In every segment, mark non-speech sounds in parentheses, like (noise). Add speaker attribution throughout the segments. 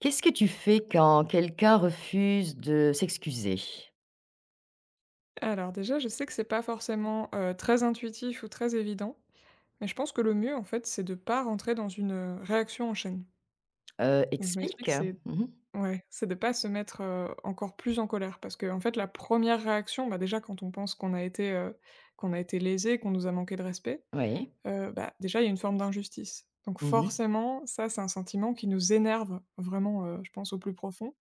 Speaker 1: Qu'est-ce que tu fais quand quelqu'un refuse de s'excuser?
Speaker 2: Alors déjà, je sais que c'est pas forcément, très intuitif ou très évident, mais je pense que le mieux, en fait, c'est de pas rentrer dans une, réaction en chaîne. Donc je m'explique,
Speaker 1: Explique.
Speaker 2: c'est
Speaker 1: Mmh.
Speaker 2: ouais, c'est de pas se mettre, encore plus en colère parce qu'en fait la première réaction, bah, déjà quand on pense qu'on a été lésé, qu'on nous a manqué de respect,
Speaker 1: Oui.
Speaker 2: bah, déjà il y a une forme d'injustice. Donc
Speaker 1: Mmh.
Speaker 2: forcément, ça, c'est un sentiment qui nous énerve vraiment, je pense au plus profond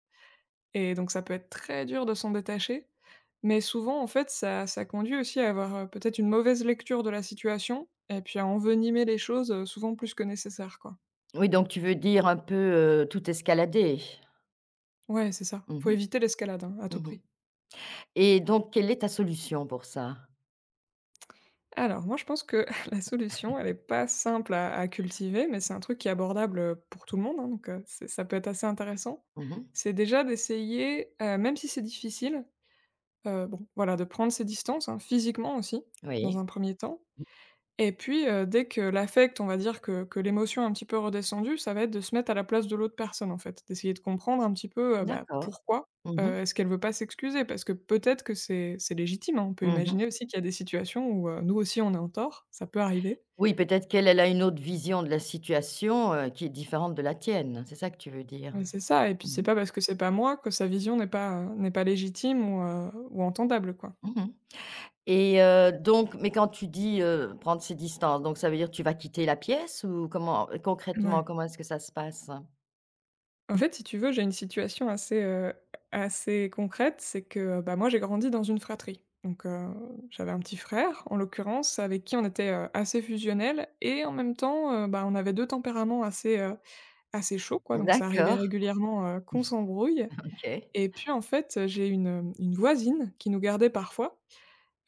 Speaker 2: et donc ça peut être très dur de s'en détacher, mais souvent, en fait, ça conduit aussi à avoir, peut-être une mauvaise lecture de la situation et puis à envenimer les choses, souvent plus que nécessaire, quoi.
Speaker 1: Oui, donc tu veux dire un peu, tout escalader?
Speaker 2: Ouais, c'est ça.
Speaker 1: Mmh
Speaker 2: Faut
Speaker 1: mh.
Speaker 2: éviter l'escalade, hein, à tout
Speaker 1: Mmh,
Speaker 2: prix.
Speaker 1: et donc quelle est ta solution pour ça?
Speaker 2: Alors moi, je pense que (laughs) la solution, elle est pas simple à cultiver, mais c'est un truc qui est abordable, pour tout le monde, hein, donc c'est ça peut être assez intéressant.
Speaker 1: Mmh.
Speaker 2: C'est déjà d'essayer, même si c'est difficile, bon, voilà, de prendre ses distances, hein, physiquement aussi, dans
Speaker 1: Oui.
Speaker 2: un premier temps. Et puis, dès que l'affect, on va dire que l'émotion est un petit peu redescendue, ça va être de se mettre à la place de l'autre personne, en fait. D'essayer de comprendre un petit peu, bah,
Speaker 1: D'accord.
Speaker 2: pourquoi,
Speaker 1: Mmh mh.
Speaker 2: est-ce qu'elle veut pas s'excuser? Parce que peut-être que c'est légitime, hein. On peut
Speaker 1: Mmh.
Speaker 2: imaginer aussi qu'il y a des situations où, nous aussi on est en tort, ça peut arriver.
Speaker 1: Oui, peut-être qu'elle, elle a une autre vision de la situation, qui est différente de la tienne. C'est ça que tu veux dire?
Speaker 2: C'est ça et puis
Speaker 1: Mmh
Speaker 2: c'est
Speaker 1: mh.
Speaker 2: pas parce que c'est pas moi que sa vision n'est pas légitime ou entendable, quoi.
Speaker 1: Mmh. Et donc mais quand tu dis, prendre ses distances, donc ça veut dire que tu vas quitter la pièce ou comment concrètement,
Speaker 2: Ouais.
Speaker 1: comment est-ce que ça se passe?
Speaker 2: En fait, si tu veux, j'ai une situation assez concrète, c'est que, bah, moi j'ai grandi dans une fratrie. Donc, j'avais un petit frère, en l'occurrence, avec qui on était, assez fusionnel et en même temps, bah, on avait 2 tempéraments assez chauds quoi, donc ça arrivait
Speaker 1: D'accord,
Speaker 2: régulièrement, qu'on s'embrouille
Speaker 1: OK.
Speaker 2: et puis en fait, j'ai une voisine qui nous gardait parfois,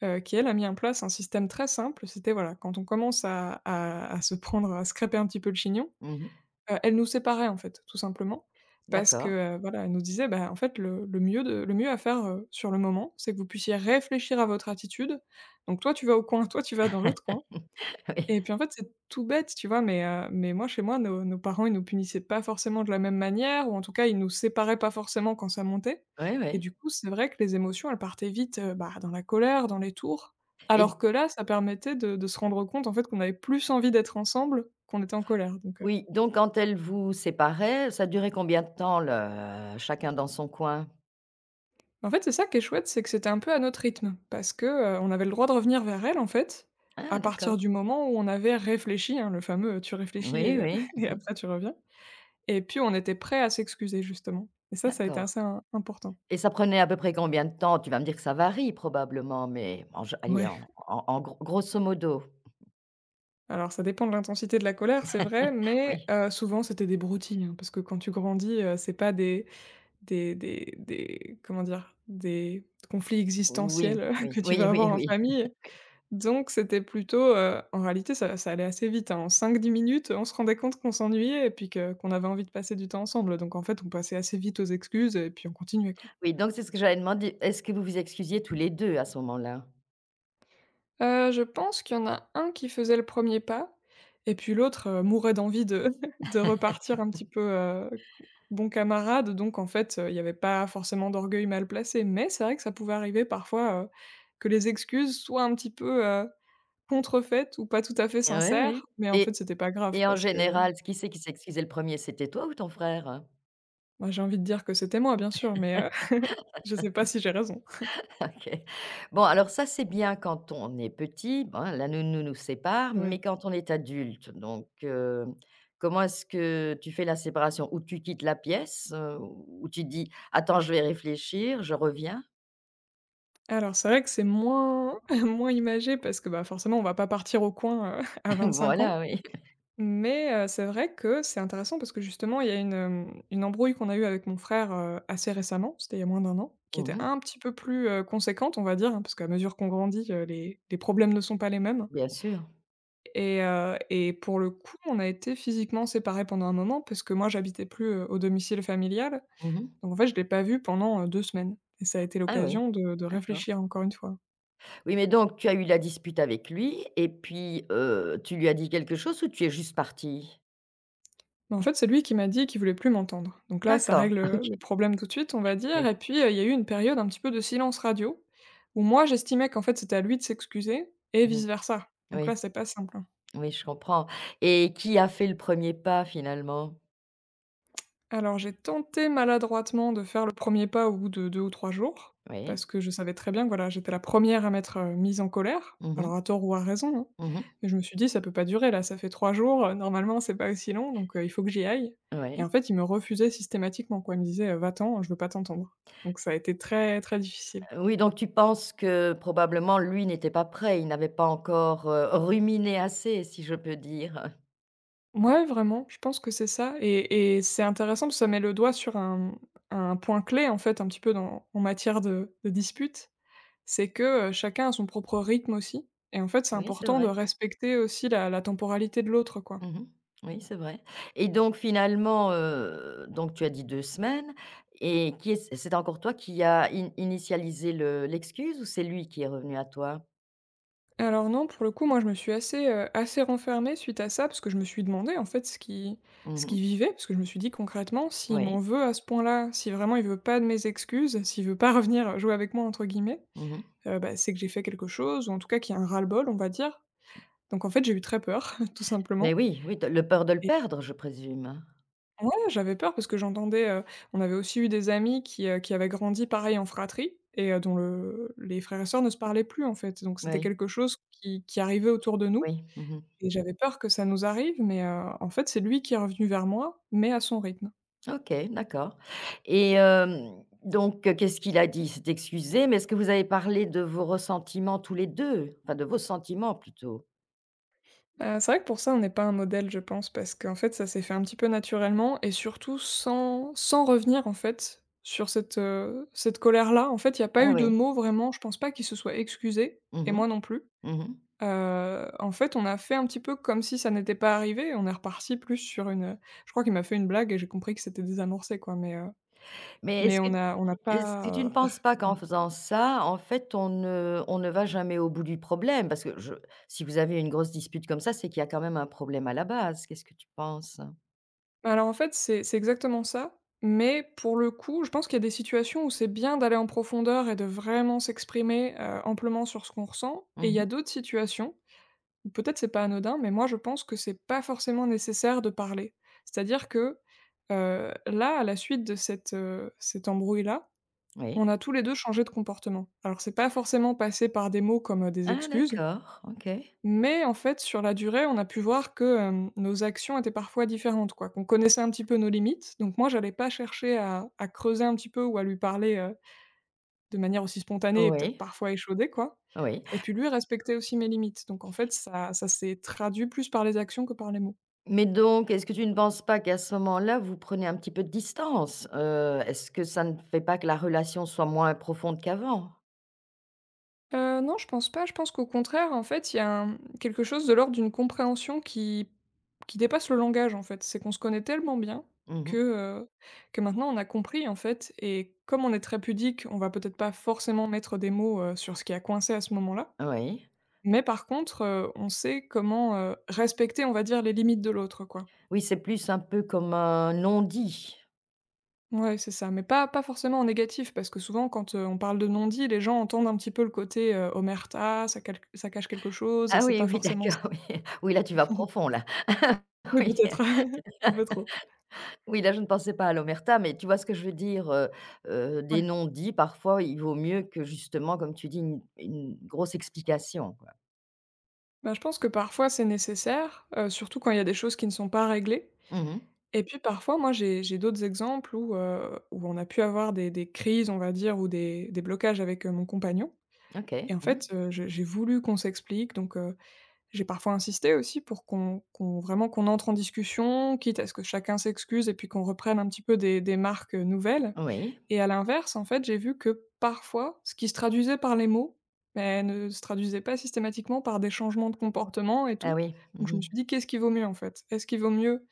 Speaker 2: qui elle a mis en place un système très simple. C'était voilà, quand on commence à se prendre, à se crêper un petit peu le chignon.
Speaker 1: Mmh.
Speaker 2: Elle nous séparait, en fait, tout simplement. Parce que,
Speaker 1: D'accord.
Speaker 2: voilà, elle nous disait: «Bah, en fait, le mieux à faire, sur le moment, c'est que vous puissiez réfléchir à votre attitude. Donc toi, tu vas au coin, toi, tu vas dans l'autre coin»
Speaker 1: (laughs) Oui.
Speaker 2: et puis, en fait, c'est tout bête, tu vois? Mais moi, chez moi, nos parents, ils nous punissaient pas forcément de la même manière ou en tout cas, ils nous séparaient pas forcément quand ça montait
Speaker 1: Oui,
Speaker 2: et
Speaker 1: oui.
Speaker 2: du coup, c'est vrai que les émotions, elles partaient vite, bah, dans la colère, dans les tours.
Speaker 1: Et
Speaker 2: Alors que là, ça permettait de se rendre compte, en fait, qu'on avait plus envie d'être ensemble qu'on était en colère.
Speaker 1: oui, donc quand elles vous séparaient, ça durait combien de temps le chacun dans son coin?
Speaker 2: En fait, c'est ça qui est chouette, c'est que c'était un peu à notre rythme parce que, on avait le droit de revenir vers elle, en fait,
Speaker 1: Ah,
Speaker 2: à partir
Speaker 1: d'accord.
Speaker 2: du moment où on avait réfléchi, hein, le fameux, tu réfléchis
Speaker 1: Oui,
Speaker 2: et
Speaker 1: oui.
Speaker 2: (laughs) et
Speaker 1: Mmh.
Speaker 2: après tu reviens et puis on était prêt à s'excuser justement et ça a été
Speaker 1: D'accord.
Speaker 2: assez im important.
Speaker 1: Et ça prenait à peu près combien de temps? Tu vas me dire que ça varie probablement, mais
Speaker 2: Ouais,
Speaker 1: en gros grosso modo?
Speaker 2: alors ça dépend de l'intensité de la colère, c'est vrai, mais
Speaker 1: Oui.
Speaker 2: souvent c'était des broutilles, hein, parce que quand tu grandis, c'est pas des comment dire? Des conflits
Speaker 1: Oui,
Speaker 2: existentiels, (laughs)
Speaker 1: oui,
Speaker 2: que tu
Speaker 1: oui,
Speaker 2: vas avoir
Speaker 1: oui,
Speaker 2: en
Speaker 1: oui.
Speaker 2: famille. Donc c'était plutôt, en réalité ça allait assez vite, hein. En 5-10 minutes, on se rendait compte qu'on s'ennuyait et puis que qu'on avait envie de passer du temps ensemble, donc en fait, on passait assez vite aux excuses et puis on continuait, quoi.
Speaker 1: Oui, donc c'est ce que j'avais demandé. Est-ce que vous vous excusiez tous les deux à ce moment-là?
Speaker 2: Je pense qu'il y en a un qui faisait le premier pas et puis l'autre, mourait d'envie de (laughs) de repartir un petit peu, bon camarade, donc en fait, il y avait pas forcément d'orgueil mal placé. Mais c'est vrai que ça pouvait arriver parfois, que les excuses soient un petit peu, contrefaites ou pas tout à fait
Speaker 1: Oui, oui.
Speaker 2: sincères, mais en fait,
Speaker 1: Et
Speaker 2: c'était pas grave
Speaker 1: en
Speaker 2: parce que.
Speaker 1: général, qui c'est qui s'excusait le premier? C'était toi ou ton frère?
Speaker 2: Bah, j'ai envie de dire que c'était moi, bien sûr, mais (laughs) je sais pas si j'ai raison.
Speaker 1: (laughs) OK. Bon, alors ça, c'est bien quand on est petit, bon, la nounou nous sépare,
Speaker 2: Ouais.
Speaker 1: mais quand on est adulte, donc comment est-ce que tu fais la séparation? Ou tu quittes la pièce, ou tu dis: «Attends, je vais réfléchir, je reviens».
Speaker 2: Alors, c'est vrai que c'est moins (laughs) moins imagé parce que, bah, forcément, on va pas partir au coin, (laughs) à
Speaker 1: (laughs)
Speaker 2: 25 ans,
Speaker 1: Voilà, oui.
Speaker 2: mais c'est vrai que c'est intéressant parce que justement, il y a une embrouille qu'on a eue avec mon frère, assez récemment, c'était il y a moins d'un an, qui était
Speaker 1: Mmh.
Speaker 2: un petit peu plus, conséquente, on va dire, hein, parce qu'à mesure qu'on grandit, les problèmes ne sont pas les mêmes
Speaker 1: Bien sûr.
Speaker 2: et pour le coup, on a été physiquement séparés pendant un moment parce que moi, j'habitais plus, au domicile familial.
Speaker 1: Mmh.
Speaker 2: Donc en fait, je l'ai pas vu pendant, 2 semaines et ça a été
Speaker 1: Ah oui.
Speaker 2: l'occasion de
Speaker 1: D'accord.
Speaker 2: réfléchir encore une fois.
Speaker 1: Oui, mais donc tu as eu la dispute avec lui et puis, tu lui as dit quelque chose ou tu es juste partie?
Speaker 2: Mais en fait, c'est lui qui m'a dit qu'il voulait plus m'entendre. Donc là, ça
Speaker 1: D'accord, (laughs)
Speaker 2: règle
Speaker 1: OK,
Speaker 2: le problème tout de suite, on va dire
Speaker 1: oui.
Speaker 2: et puis, il y a eu une période un petit peu de silence radio où moi, j'estimais qu'en fait, c'était à lui de s'excuser et
Speaker 1: Mmh.
Speaker 2: vice versa. Donc
Speaker 1: Oui,
Speaker 2: là, c'est pas simple, hein.
Speaker 1: oui, je comprends et qui a fait le premier pas finalement?
Speaker 2: Alors j'ai tenté maladroitement de faire le premier pas au bout de 2 ou 3 jours,
Speaker 1: Oui.
Speaker 2: parce que je savais très bien que voilà, j'étais la première à m'être, mise en colère,
Speaker 1: Mmh
Speaker 2: alors
Speaker 1: mh.
Speaker 2: à tort ou à raison, hein.
Speaker 1: Mmh.
Speaker 2: Mais je me suis dit: «Ça peut pas durer là, ça fait 3 jours, normalement c'est pas aussi long donc, il faut que j'y aille» et
Speaker 1: Ouais.
Speaker 2: en fait, il me refusait systématiquement quoi, il me disait: Va-t'en, je veux pas t'entendre». Donc ça a été très, très difficile.
Speaker 1: Oui, oui, donc tu penses que probablement lui n'était pas prêt, il n'avait pas encore, ruminé assez si je peux dire? (laughs)
Speaker 2: Mouais, vraiment, je pense que c'est ça et c'est intéressant parce que ça met le doigt sur un point clé en fait un petit peu dans en matière de disputes. C'est que, chacun a son propre rythme aussi et en fait, c'est
Speaker 1: Oui, c'est
Speaker 2: important de
Speaker 1: vrai.
Speaker 2: respecter aussi la temporalité de l'autre, quoi.
Speaker 1: Mmh. Oui, c'est vrai et donc finalement, donc tu as dit 2 semaines et qui est c'est encore toi qui a in initialisé le l'excuse ou c'est lui qui est revenu à toi?
Speaker 2: Alors non, pour le coup, moi, je me suis assez renfermée suite à ça parce que je me suis demandé, en fait, ce
Speaker 1: Mmh.
Speaker 2: qu'il vivait. Parce que je me suis dit: «Concrètement, s'il m'en
Speaker 1: Oui.
Speaker 2: veut à ce point-là, si vraiment il veut pas de mes excuses, s'il veut pas (laughs) revenir jouer avec moi, entre guillemets,
Speaker 1: Mmh mh.
Speaker 2: bah, c'est que j'ai fait quelque chose ou en tout cas qu'il y a un ras-le-bol», on va dire. Donc en fait, j'ai eu très peur, (laughs) tout simplement.
Speaker 1: Oui, oui, de le peur de le perdre, je présume?
Speaker 2: Ouais, j'avais peur parce que j'entendais, on avait aussi eu des amis qui avaient grandi pareil en fratrie et dont le les frères et sœurs ne se parlaient plus, en fait. Donc c'était
Speaker 1: Oui,
Speaker 2: quelque chose qui arrivait autour de nous
Speaker 1: oui. Mmh.
Speaker 2: et j'avais peur que ça nous arrive, mais en fait, c'est lui qui est revenu vers moi, mais à son rythme.
Speaker 1: OK, d'accord et hem, donc qu'est-ce qu'il a dit? Il s'est excusé, mais est-ce que vous avez parlé de vos ressentiments tous les deux? Enfin, de vos sentiments plutôt?
Speaker 2: C'est vrai que pour ça, on n'est pas un modèle, je pense, parce qu'en fait, ça s'est fait un petit peu naturellement et surtout sans revenir, en fait, sur cette colère-là. En fait, il y a pas
Speaker 1: Ah
Speaker 2: eu de
Speaker 1: oui.
Speaker 2: mots vraiment, je pense pas qu'il se soit excusé
Speaker 1: Mmh
Speaker 2: et
Speaker 1: mh.
Speaker 2: moi non plus.
Speaker 1: Mmh.
Speaker 2: En fait, on a fait un petit peu comme si ça n'était pas arrivé. On est reparti plus sur je crois qu'il m'a fait une blague et j'ai compris que c'était désamorcé, quoi, mais heu,
Speaker 1: Mais
Speaker 2: mais on n'a
Speaker 1: est-ce que tu
Speaker 2: pas,
Speaker 1: ne penses pas
Speaker 2: ouais.
Speaker 1: qu'en faisant ça, en fait, on ne va jamais au bout du problème? Parce que je si vous avez une grosse dispute comme ça, c'est qu'il y a quand même un problème à la base. Qu'est-ce que tu penses?
Speaker 2: Alors, en fait, c'est exactement ça, mais pour le coup, je pense qu'il y a des situations où c'est bien d'aller en profondeur et de vraiment s'exprimer, amplement sur ce qu'on ressent et il y
Speaker 1: Mmh.
Speaker 2: a d'autres situations où peut-être c'est pas anodin, mais moi, je pense que c'est pas forcément nécessaire de parler. C'est-à-dire que, là, à la suite de cette embrouille-là,
Speaker 1: Oui.
Speaker 2: on a tous les 2 changé de comportement. Alors c'est pas forcément passé par des mots comme, des
Speaker 1: Ah
Speaker 2: excuses,
Speaker 1: d'accord, OK.
Speaker 2: mais en fait sur la durée, on a pu voir que, nos actions étaient parfois différentes quoi, qu'on connaissait un petit peu nos limites. Donc moi j'allais pas chercher à creuser un petit peu ou à lui parler, de manière aussi spontanée et peut-être
Speaker 1: Oui,
Speaker 2: parfois échaudée quoi.
Speaker 1: oui.
Speaker 2: Et puis lui respectait aussi mes limites. Donc en fait ça s'est traduit plus par les actions que par les mots.
Speaker 1: Mais donc, est-ce que tu ne penses pas qu'à ce moment-là, vous prenez un petit peu de distance? Est-ce que ça ne fait pas que la relation soit moins profonde qu'avant?
Speaker 2: Non, je pense pas. Je pense qu'au contraire, en fait, il y a un quelque chose de l'ordre d'une compréhension qui dépasse le langage, en fait. C'est qu'on se connaît tellement bien que,
Speaker 1: Mmh.
Speaker 2: heu, que maintenant on a compris, en fait, et comme on est très pudique, on va peut-être pas forcément mettre des mots, sur ce qui a coincé à ce moment-là.
Speaker 1: Oui.
Speaker 2: Mais par contre, on sait comment, respecter, on va dire, les limites de l'autre, quoi.
Speaker 1: Oui, c'est plus un peu comme un non-dit.
Speaker 2: Ouais, c'est ça, mais pas forcément en négatif, parce que souvent quand, on parle de non-dit, les gens entendent un petit peu le côté, omerta, ça cache quelque chose,
Speaker 1: Ah
Speaker 2: c'est
Speaker 1: oui,
Speaker 2: pas
Speaker 1: oui,
Speaker 2: forcément ça.
Speaker 1: d'accord, oui. Oui, là, tu vas profond, là. (laughs)
Speaker 2: Oui,
Speaker 1: Oui,
Speaker 2: peut-être. (laughs) Un peu trop.
Speaker 1: oui, là, je ne pensais pas à l'omerta, mais tu vois ce que je veux dire? Des
Speaker 2: Ouais.
Speaker 1: non-dits, parfois, il vaut mieux que, justement, comme tu dis, une grosse explication, quoi.
Speaker 2: Bah, je pense que parfois c'est nécessaire, surtout quand il y a des choses qui ne sont pas réglées,
Speaker 1: Mmh.
Speaker 2: et puis parfois moi j'ai d'autres exemples où, où on a pu avoir des crises, on va dire, ou des blocages avec, mon compagnon,
Speaker 1: OK.
Speaker 2: et en fait,
Speaker 1: Mmh.
Speaker 2: j'ai voulu qu'on s'explique donc, j'ai parfois insisté aussi pour qu'on vraiment qu'on entre en discussion, quitte à ce que chacun s'excuse et puis qu'on reprenne un petit peu des marques, nouvelles.
Speaker 1: Oui.
Speaker 2: Et à l'inverse, en fait, j'ai vu que parfois, ce qui se traduisait par les mots, beh, ne se traduisait pas systématiquement par des changements de comportement et
Speaker 1: Ah
Speaker 2: tout.
Speaker 1: oui.
Speaker 2: Donc je me
Speaker 1: Mmh.
Speaker 2: suis dit: «Qu'est-ce qui vaut mieux, en fait?» Est-ce qu'il vaut mieux,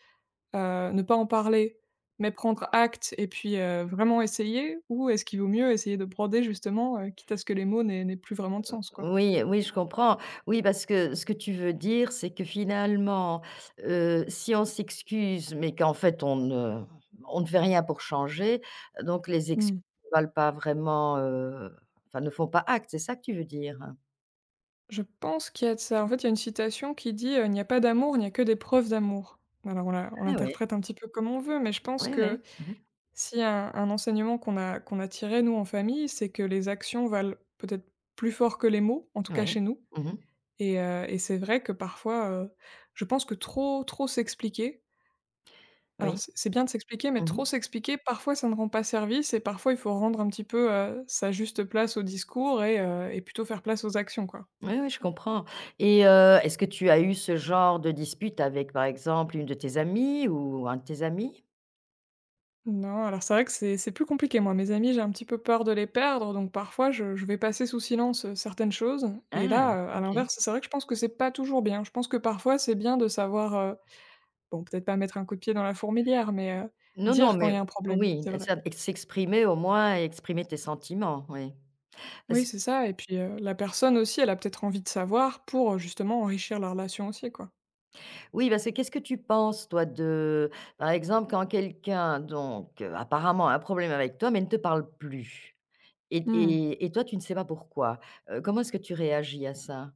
Speaker 2: ne pas en parler, mais prendre acte et puis, vraiment essayer? Ou est-ce qu'il vaut mieux essayer de broder justement, quitte à ce que les mots n'aient plus vraiment de sens, quoi?
Speaker 1: Oui, oui, je comprends. Oui, parce que ce que tu veux dire, c'est que finalement, si on s'excuse, mais qu'en fait on ne fait rien pour changer, donc les
Speaker 2: Mmh.
Speaker 1: excuses ne valent pas vraiment, enfin ne font pas acte, c'est ça que tu veux dire?
Speaker 2: Je pense qu'il y a de ça. En fait, il y a une citation qui dit, «Il n'y a pas d'amour, il n'y a que des preuves d'amour». Alors on la on
Speaker 1: Ah oui,
Speaker 2: l'interprète un petit peu comme on veut, mais je pense
Speaker 1: oui,
Speaker 2: que
Speaker 1: oui. Mmh.
Speaker 2: si un enseignement qu'on a tiré nous en famille, c'est que les actions valent peut-être plus fort que les mots, en tout cas chez
Speaker 1: Oui.
Speaker 2: nous,
Speaker 1: Mmh.
Speaker 2: et c'est vrai que parfois, je pense que trop s'expliquer, alors
Speaker 1: Oui.
Speaker 2: c'est bien de s'expliquer, mais trop
Speaker 1: Mmh.
Speaker 2: s'expliquer, parfois ça ne rend pas service, et parfois il faut rendre un petit peu, sa juste place au discours et plutôt faire place aux actions, quoi.
Speaker 1: Oui, oui, je comprends et est-ce que tu as eu ce genre de dispute avec, par exemple, une de tes amies ou un de tes amis?
Speaker 2: Non, alors c'est vrai que c'est plus compliqué. Moi, mes amis, j'ai un petit peu peur de les perdre, donc parfois je vais passer sous silence certaines choses. Et
Speaker 1: Ah!
Speaker 2: là, à
Speaker 1: OK.
Speaker 2: l'inverse, c'est vrai que je pense que c'est pas toujours bien. Je pense que parfois c'est bien de savoir, bon, peut-être pas mettre un coup de pied dans la fourmilière, mais
Speaker 1: Non, non,
Speaker 2: dire quand
Speaker 1: mais
Speaker 2: il y a un problème,
Speaker 1: oui,
Speaker 2: c'est vrai.
Speaker 1: ça ex s'exprimer au moins et exprimer tes sentiments, oui. Parce
Speaker 2: Oui,
Speaker 1: q
Speaker 2: c'est ça. Et puis la personne aussi, elle a peut-être envie de savoir pour justement enrichir la relation aussi, quoi.
Speaker 1: oui, parce que qu'est-ce que tu penses toi de par exemple, quand quelqu'un donc, apparemment a un problème avec toi, mais ne te parle plus et
Speaker 2: Hmm.
Speaker 1: toi tu ne sais pas pourquoi. Comment est-ce que tu réagis à ça?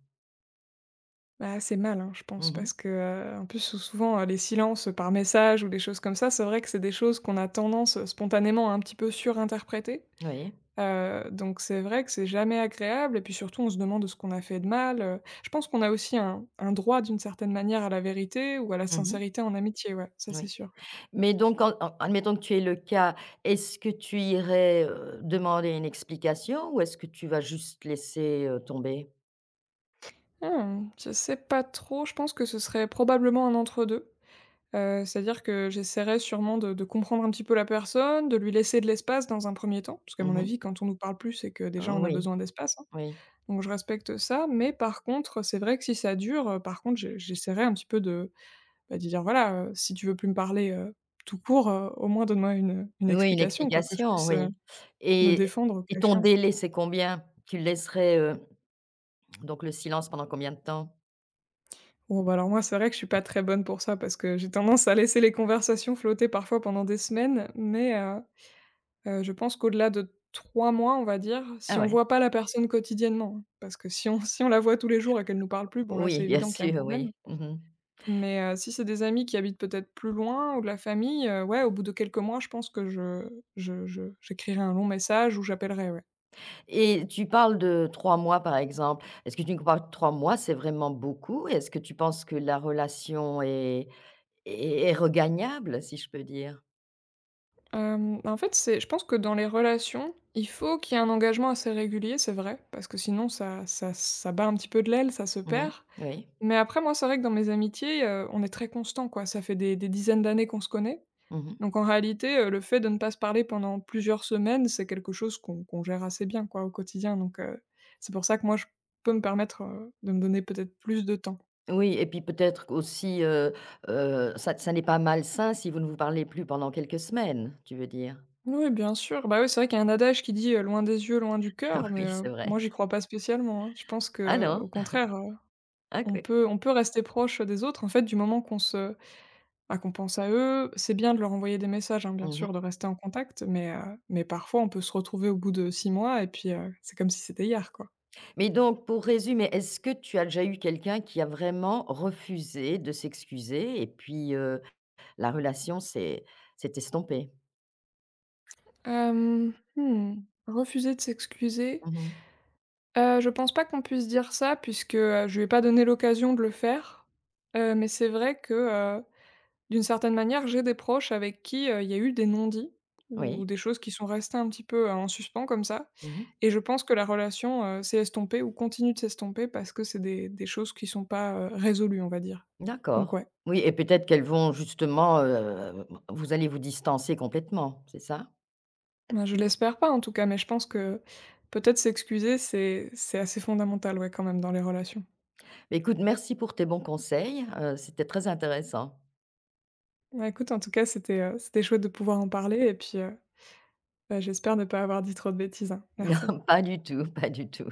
Speaker 2: Bah, c'est mal, hein, je pense,
Speaker 1: Mmh.
Speaker 2: parce que, en plus, souvent, les silences, par message ou des choses comme ça, c'est vrai que c'est des choses qu'on a tendance, spontanément à un petit peu surinterpréter.
Speaker 1: Oui.
Speaker 2: Donc c'est vrai que c'est jamais agréable et puis surtout on se demande ce qu'on a fait de mal. Je pense qu'on a aussi un droit d'une certaine manière à la vérité ou à la
Speaker 1: Mmh.
Speaker 2: sincérité en amitié, ouais, ça c'est
Speaker 1: Oui.
Speaker 2: sûr.
Speaker 1: Mais donc en admettons que tu aies le cas, est-ce que tu irais, demander une explication ou est-ce que tu vas juste laisser, tomber?
Speaker 2: Mmh, je sais pas trop, je pense que ce serait probablement un entre 2 C'est-à-dire que j'essaierai sûrement de comprendre un petit peu la personne, de lui laisser de l'espace dans un premier temps, parce qu'à mon
Speaker 1: Mmh.
Speaker 2: avis, quand on nous parle plus, c'est que déjà on a
Speaker 1: Oui,
Speaker 2: besoin d'espace, hein,
Speaker 1: oui.
Speaker 2: donc je respecte ça. Mais par contre, c'est vrai que si ça dure, par contre, je j'essaierai un petit peu de, bah, de dire: «Voilà, si tu veux plus me parler, tout court, au moins donne-moi une
Speaker 1: Oui, une
Speaker 2: explication quoi, que je
Speaker 1: explication,
Speaker 2: puisse,
Speaker 1: oui
Speaker 2: me
Speaker 1: et
Speaker 2: défendre au cas
Speaker 1: ton
Speaker 2: échéant».
Speaker 1: délai, c'est combien? Tu laisserais, donc le silence pendant combien de temps?
Speaker 2: Bon, bah, alors moi, c'est vrai que je suis pas très bonne pour ça, parce que j'ai tendance à laisser les conversations flotter parfois pendant des semaines, mais je pense qu'au-delà de 3 mois, on va dire,
Speaker 1: Ah
Speaker 2: si on
Speaker 1: ouais.
Speaker 2: voit pas la personne quotidiennement, hein, parce que si on (laughs) si on la voit tous les jours et qu'elle nous parle plus, bon là,
Speaker 1: Oui,
Speaker 2: c'est
Speaker 1: bien
Speaker 2: évident qu'il y a un
Speaker 1: sûr,
Speaker 2: problème.
Speaker 1: oui. Mmh,
Speaker 2: Mais si c'est des amis qui habitent peut-être plus loin ou de la famille, ouais, au bout de quelques mois, je pense que je j'écrirai un long message ou j'appellerai, ouais.
Speaker 1: et tu parles de 3 mois, par exemple. Est-ce que tu crois que 3 mois, c'est vraiment beaucoup? Est-ce que tu penses que la relation est est regagnable, si je peux dire?
Speaker 2: Hem, en fait, c'est, je pense que dans les relations, il faut qu'il y ait un engagement assez régulier, c'est vrai, parce que sinon ça bat un petit peu de l'aile, ça se perd.
Speaker 1: Mmh. Oui.
Speaker 2: Mais après, moi, c'est vrai que dans mes amitiés, on est très constant, quoi. Ça fait des dizaines d'années qu'on se connaît.
Speaker 1: Mmh.
Speaker 2: Donc en réalité, le fait de ne pas se parler pendant plusieurs semaines, c'est quelque chose qu'on gère assez bien quoi au quotidien, donc c'est pour ça que moi je peux me permettre, de me donner peut-être plus de temps.
Speaker 1: Oui et puis peut-être aussi, ça n'est pas malsain si vous ne vous parlez plus pendant quelques semaines, tu veux dire?
Speaker 2: Oui, bien sûr, bah, oui, c'est vrai qu'il y a un adage qui dit, «Loin des yeux, loin du cœur»,
Speaker 1: (laughs)
Speaker 2: mais
Speaker 1: Oui, c'est
Speaker 2: moi
Speaker 1: vrai.
Speaker 2: j'y crois pas spécialement, hein. Je pense
Speaker 1: Ah
Speaker 2: que au
Speaker 1: non?
Speaker 2: contraire, on
Speaker 1: OK.
Speaker 2: peut on peut rester proche des autres en fait du moment qu'on se, bah, qu'on pense à eux. C'est bien de leur envoyer des messages, hein, bien
Speaker 1: Mmh.
Speaker 2: sûr, de rester en contact, mais parfois on peut se retrouver au bout de 6 mois et puis, c'est comme si c'était hier, quoi.
Speaker 1: Mais donc pour résumer, est-ce que tu as déjà eu quelqu'un qui a vraiment refusé de s'excuser et puis, la relation s'est estompée?
Speaker 2: Hem, mmh, refuser de s'excuser?
Speaker 1: Mmh.
Speaker 2: Je pense pas qu'on puisse dire ça puisque, je lui ai pas donné l'occasion de le faire. Mais c'est vrai que, heu, d'une certaine manière, j'ai des proches avec qui, il y a eu des non-dits ou
Speaker 1: Oui.
Speaker 2: des choses qui sont restées un petit peu, en suspens comme ça,
Speaker 1: Mmh.
Speaker 2: et je pense que la relation, s'est estompée ou continue de s'estomper parce que c'est des choses qui sont pas, résolues, on va dire. Donc
Speaker 1: D'accord.
Speaker 2: ouais,
Speaker 1: Oui et peut-être qu'elles vont justement, vous allez vous distancer complètement, c'est ça?
Speaker 2: ben, je l'espère pas en tout cas, mais je pense que peut-être s'excuser, c'est assez fondamental, ouais, quand même dans les relations.
Speaker 1: Beh, écoute, merci pour tes bons conseils, c'était très intéressant. (laughs)
Speaker 2: Bah, écoute, en tout cas, c'était, c'était chouette de pouvoir en parler et puis, bah, j'espère ne pas avoir dit trop de bêtises, hein. Merci.
Speaker 1: Non, pas du tout, pas du tout.